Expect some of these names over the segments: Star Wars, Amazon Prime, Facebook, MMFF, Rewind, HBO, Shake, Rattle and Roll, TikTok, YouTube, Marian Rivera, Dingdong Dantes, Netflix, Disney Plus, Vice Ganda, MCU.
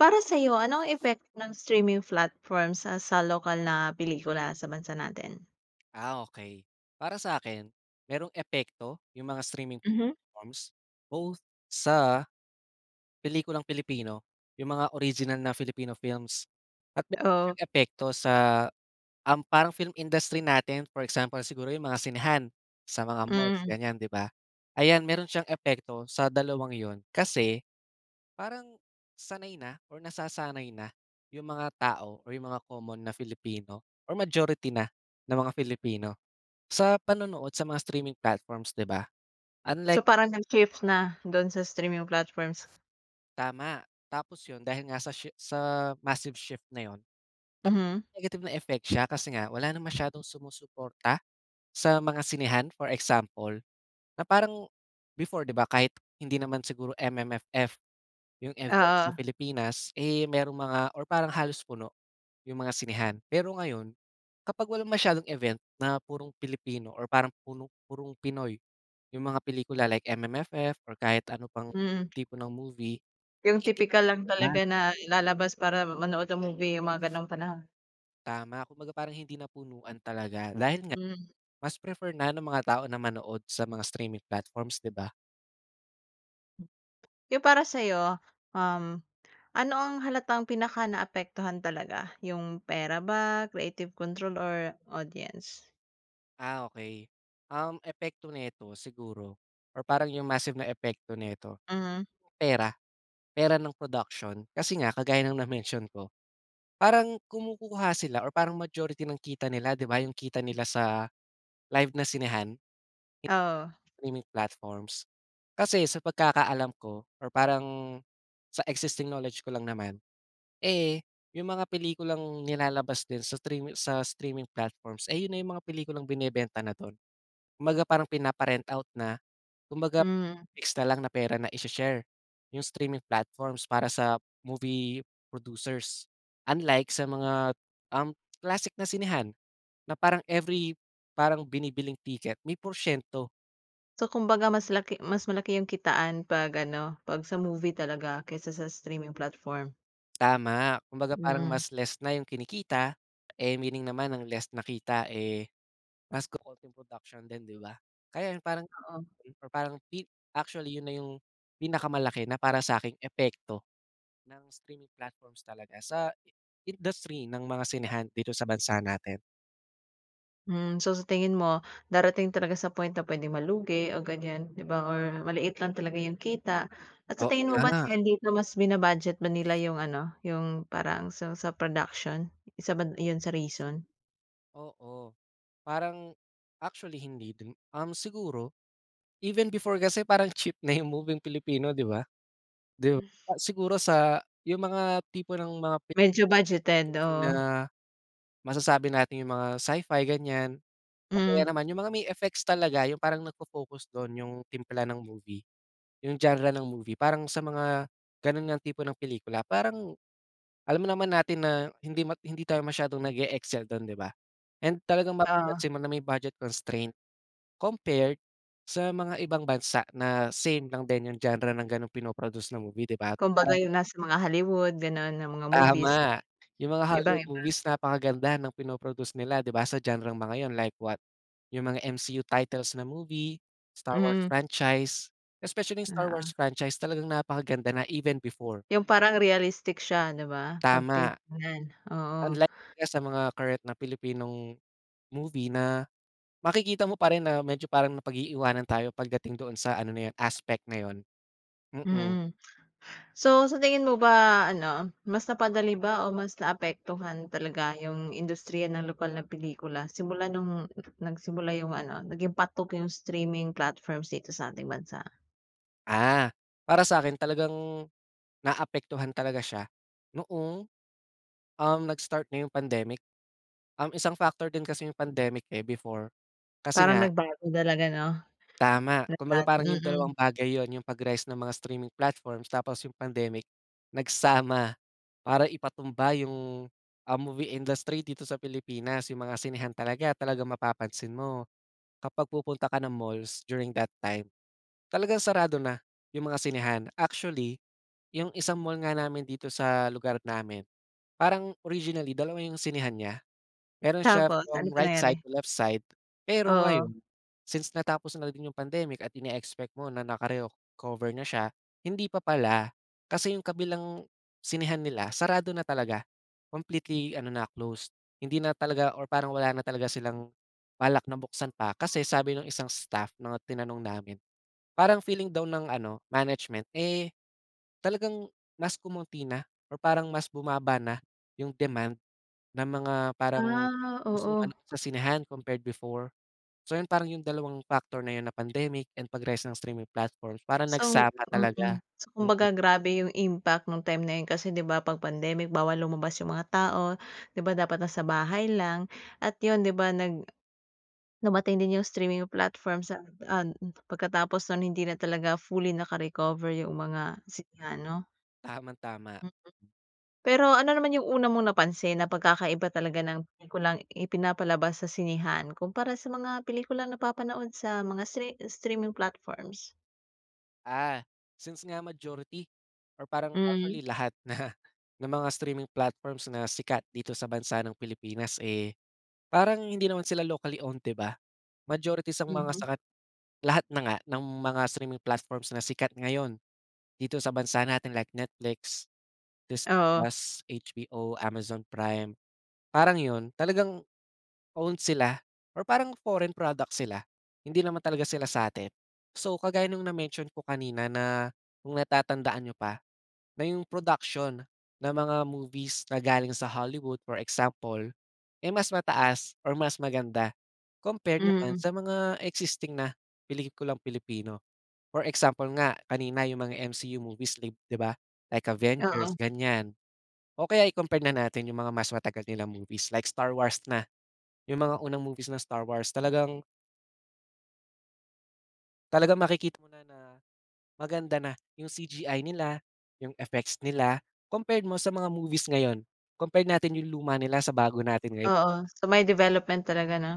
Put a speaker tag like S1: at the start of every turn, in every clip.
S1: Para sa'yo, ano ang epekto ng streaming platforms sa lokal na pelikula sa bansa natin?
S2: Okay. Para sa akin, merong epekto yung mga streaming
S1: Mhm.
S2: platforms, both sa pelikulang Pilipino, yung mga original na Filipino films at meron
S1: Oo,
S2: siyang epekto sa, parang film industry natin. For example, siguro yung mga sinehan sa mga malls,
S1: mm.
S2: ganyan, 'di ba? Ayan, meron siyang epekto sa dalawang yon, kasi parang sanay na or nasasanay na yung mga tao or yung mga common na Filipino or majority na ng mga Filipino sa panonood sa mga streaming platforms, 'di ba?
S1: So,
S2: Unlike
S1: parang nag-shift na dun sa streaming platforms?
S2: tama, tapos 'yun, dahil nga sa sa massive shift na 'yun, ta
S1: Mhm,
S2: negative na effect siya kasi nga wala na masyadong sumusuporta sa mga sinehan, for example, na parang before, 'di ba, kahit hindi naman siguro MMFF yung event sa
S1: oo,
S2: Pilipinas, eh, merong mga or parang halos puno yung mga sinehan. Pero ngayon, kapag walang masyadong event na purong Pilipino or parang purong Pinoy yung mga pelikula like M M F F or kahit ano pang
S1: mm.
S2: tipo ng movie,
S1: Yung
S2: eh, hindi
S1: tipikal lang
S2: napunuan.
S1: talaga na lalabas para manood ng movie, yung mga ganong panahon.
S2: Tama, kumbaga parang hindi napunuan talaga dahil nga
S1: Mm.
S2: mas prefer na ng mga tao na manood sa mga streaming platforms, 'di ba?
S1: Yung para sa'yo, um, ano ang halatang pinaka-naapektuhan talaga, yung pera ba, creative control, or audience?
S2: Okey. Epekto nito siguro or parang yung massive na epekto nito,
S1: Mhm,
S2: pera, pera ng production. Kasi nga kagaya ng na-mention ko, parang kumukuha sila or parang majority ng kita nila, 'di ba, yung kita nila sa live na sinehan?
S1: oo,
S2: Streaming platforms. Kasi sa pagkakaalam ko or parang sa existing knowledge ko lang naman, eh, yung mga pelikulang nilalabas din sa sa streaming platforms, eh, yun na yung mga pelikulang binebenta na dun. Kumbaga parang pinapa-rent out na, kumbaga
S1: hmm.
S2: fix na lang na pera na ishe-share yung streaming platforms para sa movie producers. Unlike sa mga, um, classic na sinehan na parang every binibiling ticket may porsiyento.
S1: So, kumbaga mas malaki yung kitaan 'pag ano, 'pag sa movie talaga kaysa sa streaming platform?
S2: Tama, kumbaga parang
S1: Mm,
S2: mas less na yung kinikita, eh, meaning naman ng less na kita, eh, mas kokonti yung production din, 'di ba? Kaya yun parang
S1: oo.
S2: or parang actually yun na yung pinakamalaki na para sa sa'king epekto ng streaming platforms talaga sa industry ng mga sinehan dito sa bansa natin.
S1: Hmm, so sa tingin mo darating talaga sa point na puwedeng malugi o ganiyan, 'di ba, or maliit lang talaga yung kita. At sa
S2: Oo
S1: tingin mo ba
S2: nga,
S1: dahil dito mas bina-budget ba nila yung ano, yung parang sa production? Isa ba yun sa reason?
S2: oo. Parang actually hindi din, siguro even before kasi parang cheap na yung moving Pilipino, 'di ba? 'Di ba? Ah, siguro sa yung mga tipo ng mga
S1: Medyo budgeted,
S2: movie
S1: oo.
S2: na masasabi natin yung mga sci-fi ganyan o kaya
S1: Hmm,
S2: naman yung mga may effects talaga yung parang nagfo-focus dun, yung timpla ng movie, yung genre ng movie parang sa mga ganun ngang tipo ng pelikula parang alam naman natin na hindi hindi tayo masyadong nag-e-excel don, 'di ba? And talagang
S1: oo.
S2: mapapansin mo na may budget constraint compared sa mga ibang bansa na same lang din yung genre ng ganong pino-produce na movie, 'di ba?
S1: Kumbaga
S2: Parang
S1: yung nasa mga Hollywood gano'n, na mga movies,
S2: tama, yung mga Hollywood
S1: ibang-iba.
S2: movies napakaganda ng pino-produce nila, 'di ba, sa genre mga yun like what, yung mga MCU titles na movie, Star Wars
S1: Mm,
S2: franchise, especially yung Star Wars
S1: oo.
S2: franchise talagang napakaganda na even before.
S1: Yung parang realistic siya 'di ba, 'pag
S2: Tama,
S1: titingnan, oo,
S2: unlike nga sa mga current na Pilipinong movie na makikita mo pa rin na medyo parang napag-iiwanan tayo pagdating doon sa ano na yun, aspect na yun, mm.
S1: mm. So sa tingin mo ba ano, mas napadali ba o mas naapektuhan talaga yung industriya ng lokal na pelikula simula nung nagsimula yung ano, naging patok yung streaming platforms dito sa ating bansa?
S2: Ah, para sa'kin talagang naapektuhan talaga siya noong nag-start na yung pandemic. Isang factor din kasi yung pandemic, eh, before. Kasi
S1: Parang
S2: nga
S1: nagbago talaga 'no,
S2: tama, kumbaga
S1: lahat,
S2: parang yung
S1: mm.
S2: dalawang bagay yun, yung pag-rise ng mga streaming platforms tapos yung pandemic, nagsama para ipatumba yung, ah, movie industry dito sa Pilipinas. Yung mga sinehan talaga, talaga mapapansin mo kapag pupunta ka ng malls during that time, talagang sarado na yung mga sinehan. Actually, yung isang mall nga namin dito sa lugar namin, parang originally dalawa yung sinehan niya. Meron siya
S1: Tapos ano
S2: from
S1: pa
S2: right
S1: nangyari?
S2: side to left side, pero
S1: Oo,
S2: ngayon, since natapos na din yung pandemic at ine-expect mo na naka-recover na siya, hindi pa pala. Kasi yung kabilang sinehan nila sarado na talaga, completely ano na, closed. Hindi na talaga or parang wala na talaga silang balak na buksan pa kasi sabi ng isang staff na tinanong namin, parang feeling daw ng ano, management, eh, talagang mas kumonti na or parang mas bumaba na yung demand. Na mga parang
S1: ah,
S2: gustong
S1: oo.
S2: manood sa sinehan compared before. So, yun parang yung dalawang factor na yun na pandemic and pag-rise ng streaming platforms parang
S1: So
S2: nagsama
S1: mm.
S2: talaga.
S1: So
S2: Mm,
S1: kumbaga grabe yung impact nung time na yun kasi 'di ba 'pag pandemic bawal lumabas yung mga tao, 'di ba dapat nasa bahay lang at yun 'di ba dumating din yung streaming platforms sa an pagkatapos nun hindi na talaga fully naka-recover yung mga sinehan 'no?
S2: tamang-tama.
S1: Hmm. Pero ano naman yung una mong napansin na pagkakaiba talaga ng pelikulang ipinapalabas sa sinehan kumpara sa mga pelikulang napapanood sa mga streaming platforms?
S2: Ah, since nga majority or parang
S1: Hmm,
S2: actually lahat na ng mga streaming platforms na sikat dito sa bansa ng Pilipinas, eh, parang hindi naman sila locally owned, 'di ba? Majority sang mga
S1: mhm.
S2: sakat lahat na nga ng mga streaming platforms na sikat ngayon dito sa bansa natin like Netflix, Disney
S1: Oo,
S2: Plus, HBO, Amazon Prime, parang 'yun. Talagang owned sila or parang foreign product sila, hindi naman talaga sila sa sa'tin. So, kagaya nung na-mention ko kanina, na kung natatandaan niyo pa, na yung production ng mga movies na galing sa Hollywood, for example, eh, mas mataas or mas maganda, compare naman
S1: mm.
S2: sa mga existing na pelikulang Pilipino. For example nga, kanina yung mga MCU movies 'di ba, like
S1: Oo,
S2: Avengers, ganyan. O kaya i-compare na natin yung mga mas matagal nila movies like Star Wars na, yung mga unang movies ng Star Wars talagang talagang makikita mo na na maganda na yung CGI nila, yung effects nila, compared mo sa mga movies ngayon. Compare natin yung luma nila sa bago natin ngayon.
S1: oo. So, may development talaga 'no?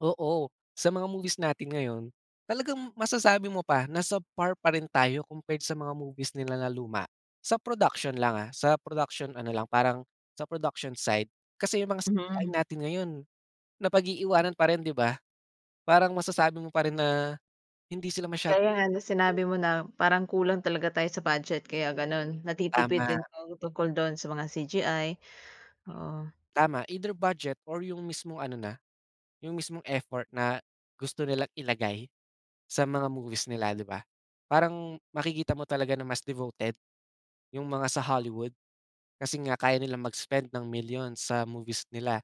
S2: Oo, sa mga movies natin ngayon, talagang masasabi mo pa nasa par pa rin tayo compared sa mga movies nila na luma. Sa production lang, ah, sa production ano lang parang sa production side. Kasi yung mga CGI
S1: Mhm.
S2: natin ngayon napag-iiwanan pa rin, 'di ba? Parang masasabi mo pa rin na hindi sila masyadong
S1: Kaya nga na
S2: realistic.
S1: sinabi mo na parang kulang talaga tayo sa budget kaya gano'n. Natitipid
S2: Tama,
S1: din tayo tungkol do'n sa mga CGI, oo.
S2: tama, either budget or yung mismong ano na, yung mismong effort na gusto nilang ilagay sa mga movies nila, 'di ba? Parang makikita mo talaga na mas devoted. Yung mga sa Hollywood, kasi nga kaya nilang mag-spend ng millions sa movies nila.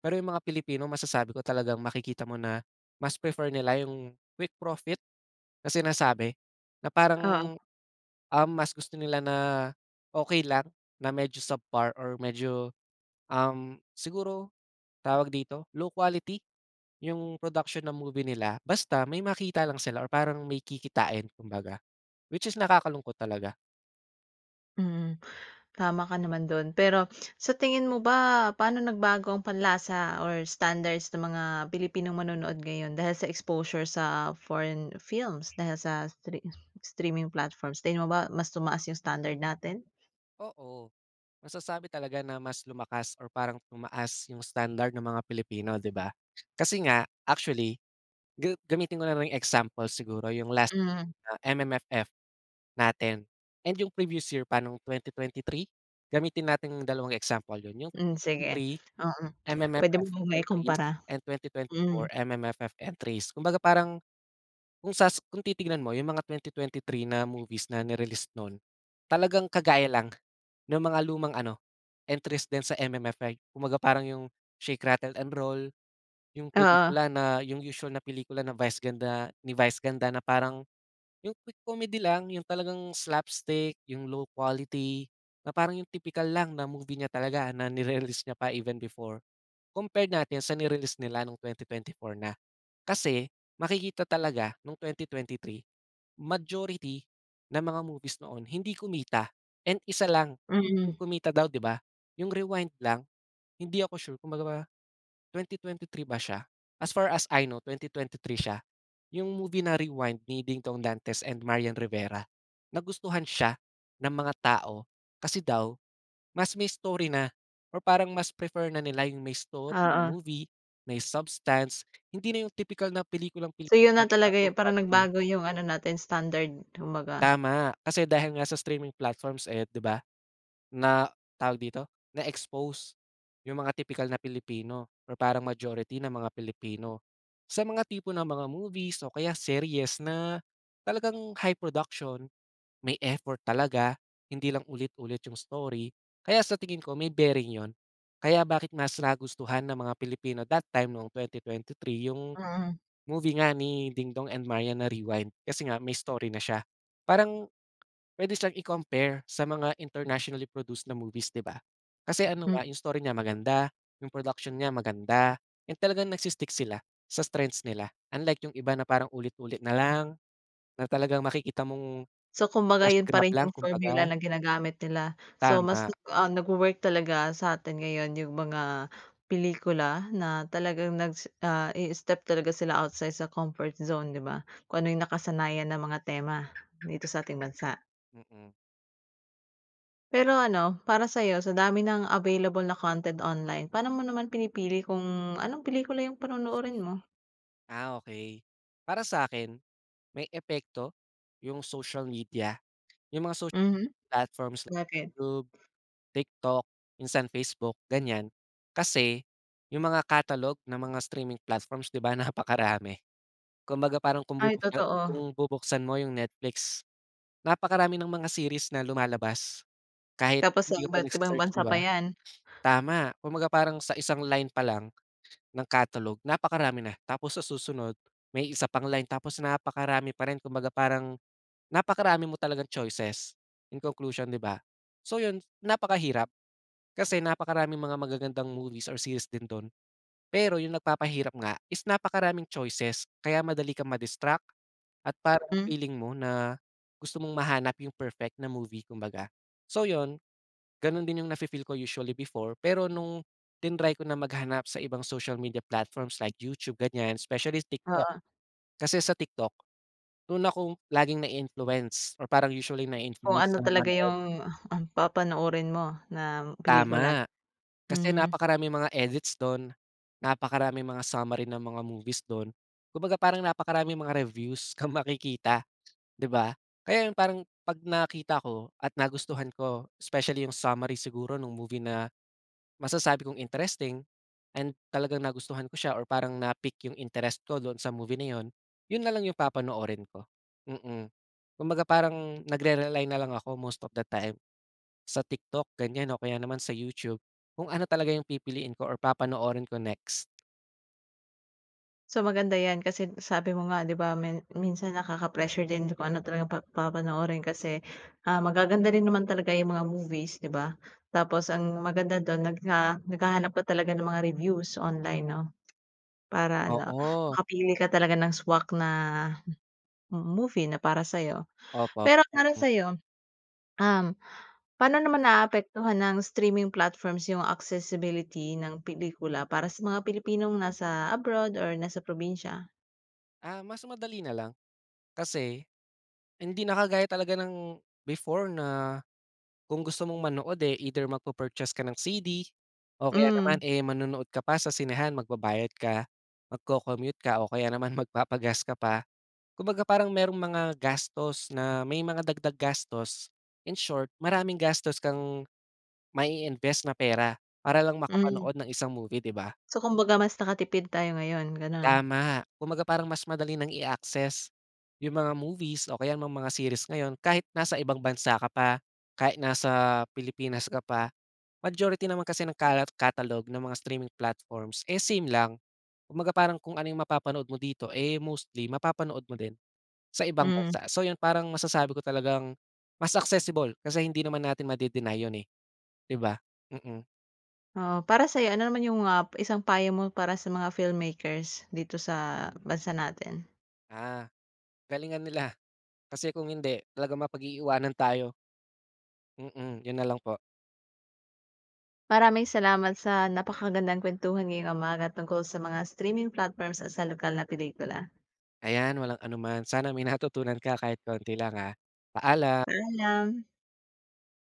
S2: Pero yung mga Pilipino masasabi ko talagang makikita mo na mas prefer nila yung quick profit na sinasabi na
S1: Oo,
S2: parang, mas gusto nila na okay lang na medyo subpar or medyo, siguro tawag dito, low quality yung production ng movie nila basta may makita lang sila or parang may kikitain kumbaga, which is nakakalungkot talaga.
S1: mm. Tama ka naman do'n. Pero sa tingin mo ba paano nagbago ang panlasa or standards ng mga Pilipinong manonood ngayon dahil sa exposure sa foreign films dahil sa streaming platforms? Tingin mo ba mas tumaas yung standard natin?
S2: Oo. Masasabi talaga na mas lumakas or parang tumaas yung standard ng mga Pilipino, 'di ba? Kasi nga actually gamitin ko na lang yung example, siguro yung last
S1: Hmm.
S2: na MMFF natin and yung previous year pa nung 2023. Gamitin natin yung dalawang example yun, yung
S1: Hmm, sige,
S2: 2023
S1: oo. Puwede mo
S2: MMFF
S1: ngang
S2: entries
S1: maikumpara,
S2: and
S1: mm,
S2: 2024 MMFF entries. Kumbaga parang kung kung titignan mo yung mga 2023 na movies na ni-release nun, talagang kagaya lang ng mga lumang ano, entries din sa MMFI. Kumbaga parang yung Shake, Rattle and Roll, yung
S1: oo,
S2: pelikula na yung usual na pelikula na Vice Ganda ni Vice Ganda na parang yung quick comedy lang, yung talagang slapstick, yung low quality, na parang yung tipikal lang na movie niya talaga na ni release niya pa even before, compare natin sa ni-release nila nung 2024 na. Kasi makikita talaga nung 2023 majority ng mga movies noon hindi kumita and isa lang yung
S1: mm,
S2: kumita daw, 'di ba? Yung Rewind lang, hindi ako sure kung baga 2023 ba siya? As far as I know 2023 siya. Yung movie na Rewind ni Dingdong Dantes and Marian Rivera. Nagustuhan siya ng mga tao kasi daw mas may story na or parang mas prefer na nila yung may story na
S1: oo.
S2: movie, may substance, hindi na yung tipikal na pelikulang
S1: So, yun na
S2: Pilipino na
S1: talaga
S2: low
S1: yung parang
S2: quality.
S1: nagbago yung ano natin standard kumbaga,
S2: Tama, kasi dahil nga sa streaming platforms, eh, 'di ba, na tawag dito, na-expose yung mga typical na Pilipino or parang majority ng mga Pilipino sa mga tipo ng mga movies o kaya series na talagang high production, may effort talaga, hindi lang ulit-ulit yung story. Kaya sa tingin ko may bearing yon. Kaya bakit mas nagustuhan ng mga Pilipino that time noong 2023 yung
S1: mm,
S2: movie nga ni Dingdong and Maria na Rewind kasi nga may story na siya. Parang puwede siyang i-compare sa mga internationally produced na movies, 'di ba? Kasi ano
S1: hmm.
S2: nga, yung story niya maganda, yung production niya maganda, and talagang nagsi sila sa strengths nila. Unlike yung iba na parang ulit-ulit na lang, na talagang makikita mong
S1: So, kumbaga
S2: cash
S1: yun pa
S2: grab
S1: rin yung
S2: lang
S1: formula
S2: kumbaga.
S1: na ginagamit nila. So, mas,
S2: Tama,
S1: nagwo-work talaga sa'tin ngayon yung mga pelikula na talagang i-step talaga sila outside sa comfort zone, 'di ba? Kung ano yung nakasanayan ng mga tema dito sa ating bansa.
S2: mm.
S1: Pero ano, para sa'yo, sa dami ng available na content online, paano mo naman pinipili kung anong pelikula yung panonoorin mo?
S2: Okay. Para sa akin, may epekto yung social media, yung mga social
S1: Mhm.
S2: platforms like
S1: Bakit?
S2: YouTube, TikTok, minsan Facebook, ganyan. Kasi yung mga catalog ng mga streaming platforms, 'di ba, napakarami. Kumbaga parang kung
S1: Ay
S2: bubuksa
S1: totoo.
S2: kung bubuksan mo yung Netflix, napakarami ng mga series na lumalabas kahit
S1: Tapos sa
S2: hindi ka pa
S1: iba't ibang
S2: nagse-search, 'di
S1: bansa
S2: ba?
S1: pa 'yan.
S2: Tama, kumbaga parang sa isang line pa lang ng catalog napakarami na. Tapos sa susunod may isa pang line tapos napakarami pa rin, kumbaga parang napakarami mo talagang choices, in conclusion, 'di ba? So yun, napakahirap. Kasi napakaraming mga magagandang movies or series din dun, pero yung nagpapahirap nga is napakaraming choices kaya madali kang ma-distract at parang
S1: Hmm.
S2: feeling mo na gusto mong mahanap yung perfect na movie kumbaga. So yun, ganun din yung nafe-feel ko usually before, pero nung tinry ko na maghanap sa ibang social media platforms like YouTube ganyan, especially TikTok.
S1: Oo,
S2: Kasi sa TikTok dun ako laging na-i-influence or parang usually
S1: kung
S2: na-i-influence
S1: ano
S2: na
S1: talaga
S2: manood,
S1: ang papanoorin mo na pelikula.
S2: tama. Kasi
S1: Hmm.
S2: napakaraming mga edits don, napakaraming mga summary ng mga movies don, kumbaga parang napakaraming mga reviews kang makikita, 'di ba? Kaya yung parang 'pag nakita ko at nagustuhan ko, especially yung summary siguro nung movie na masasabi kong interesting and talagang nagustuhan ko siya or parang na-pique yung interest ko doon sa movie na yun, yun na lang yung papanoorin ko, mm. Kumbaga parang nagre-rely na lang ako most of the time. Sa TikTok ganyan o kaya naman sa YouTube, kung ano talaga yung pipiliin ko or papanoorin ko next.
S1: So, maganda 'yan kasi sabi mo nga 'di ba minsan nakaka-pressure din kung ano talaga papanoorin kasi, magaganda rin naman talaga yung mga movies 'di ba? Tapos ang maganda dun naghahanap ka talaga ng mga reviews online 'no, para ano,
S2: Oo,
S1: makapili ka talaga ng swak na movie na para sa'yo.
S2: opo,
S1: Pero para
S2: mm.
S1: sa'yo, um, paano naman naaapektuhan ng streaming platforms yung accessibility ng pelikula para sa mga Pilipinong nasa abroad or nasa probinsya?
S2: Ah, mas madali na lang kasi hindi na kagaya talaga ng before na kung gusto mong manood, eh, either magpu-purchase ka ng CD o kaya naman,
S1: Hmm,
S2: eh, manonood ka pa sa sinehan, magbabayad ka, magko commute ka o kaya naman magpapagas ka pa. Kumbaga parang merong mga gastos na may mga dagdag gastos. In short, maraming gastos kang mai-invest na pera para lang
S1: hmm.
S2: makapanood ng isang movie, 'di ba?
S1: So, kumbaga mas nakatipid tayo ngayon, gano'n?
S2: Tama, kumbaga parang mas madali ng i-access yung mga movies o kaya mga series ngayon kahit nasa ibang bansa ka pa, kahit nasa Pilipinas ka pa. Majority naman kasi ng catalog ng mga streaming platforms, eh, same lang. Kumbaga parang kung ano yung mapapanood mo dito, eh, mostly mapapanood mo din sa ibang
S1: Mm,
S2: bansa. So yun, parang masasabi ko talagang mas accessible kasi hindi naman natin made-deny yun, eh, 'di ba? Mm. Mm.
S1: oo. Para sa'yo ano naman yung, isang payo mo para sa mga filmmakers dito sa bansa natin?
S2: Ah, galingan nila. Kasi kung hindi, talagang mapag-iiwanan tayo. Mm, yun na lang po.
S1: Maraming salamat sa napakagandang kuwentuhan ngayong umaga tungkol sa mga streaming platforms at sa lokal na pelikula.
S2: Ayan, walang anuman. Sana may natutunan ka kahit konti lang, ah. Paalam.
S1: Paalam.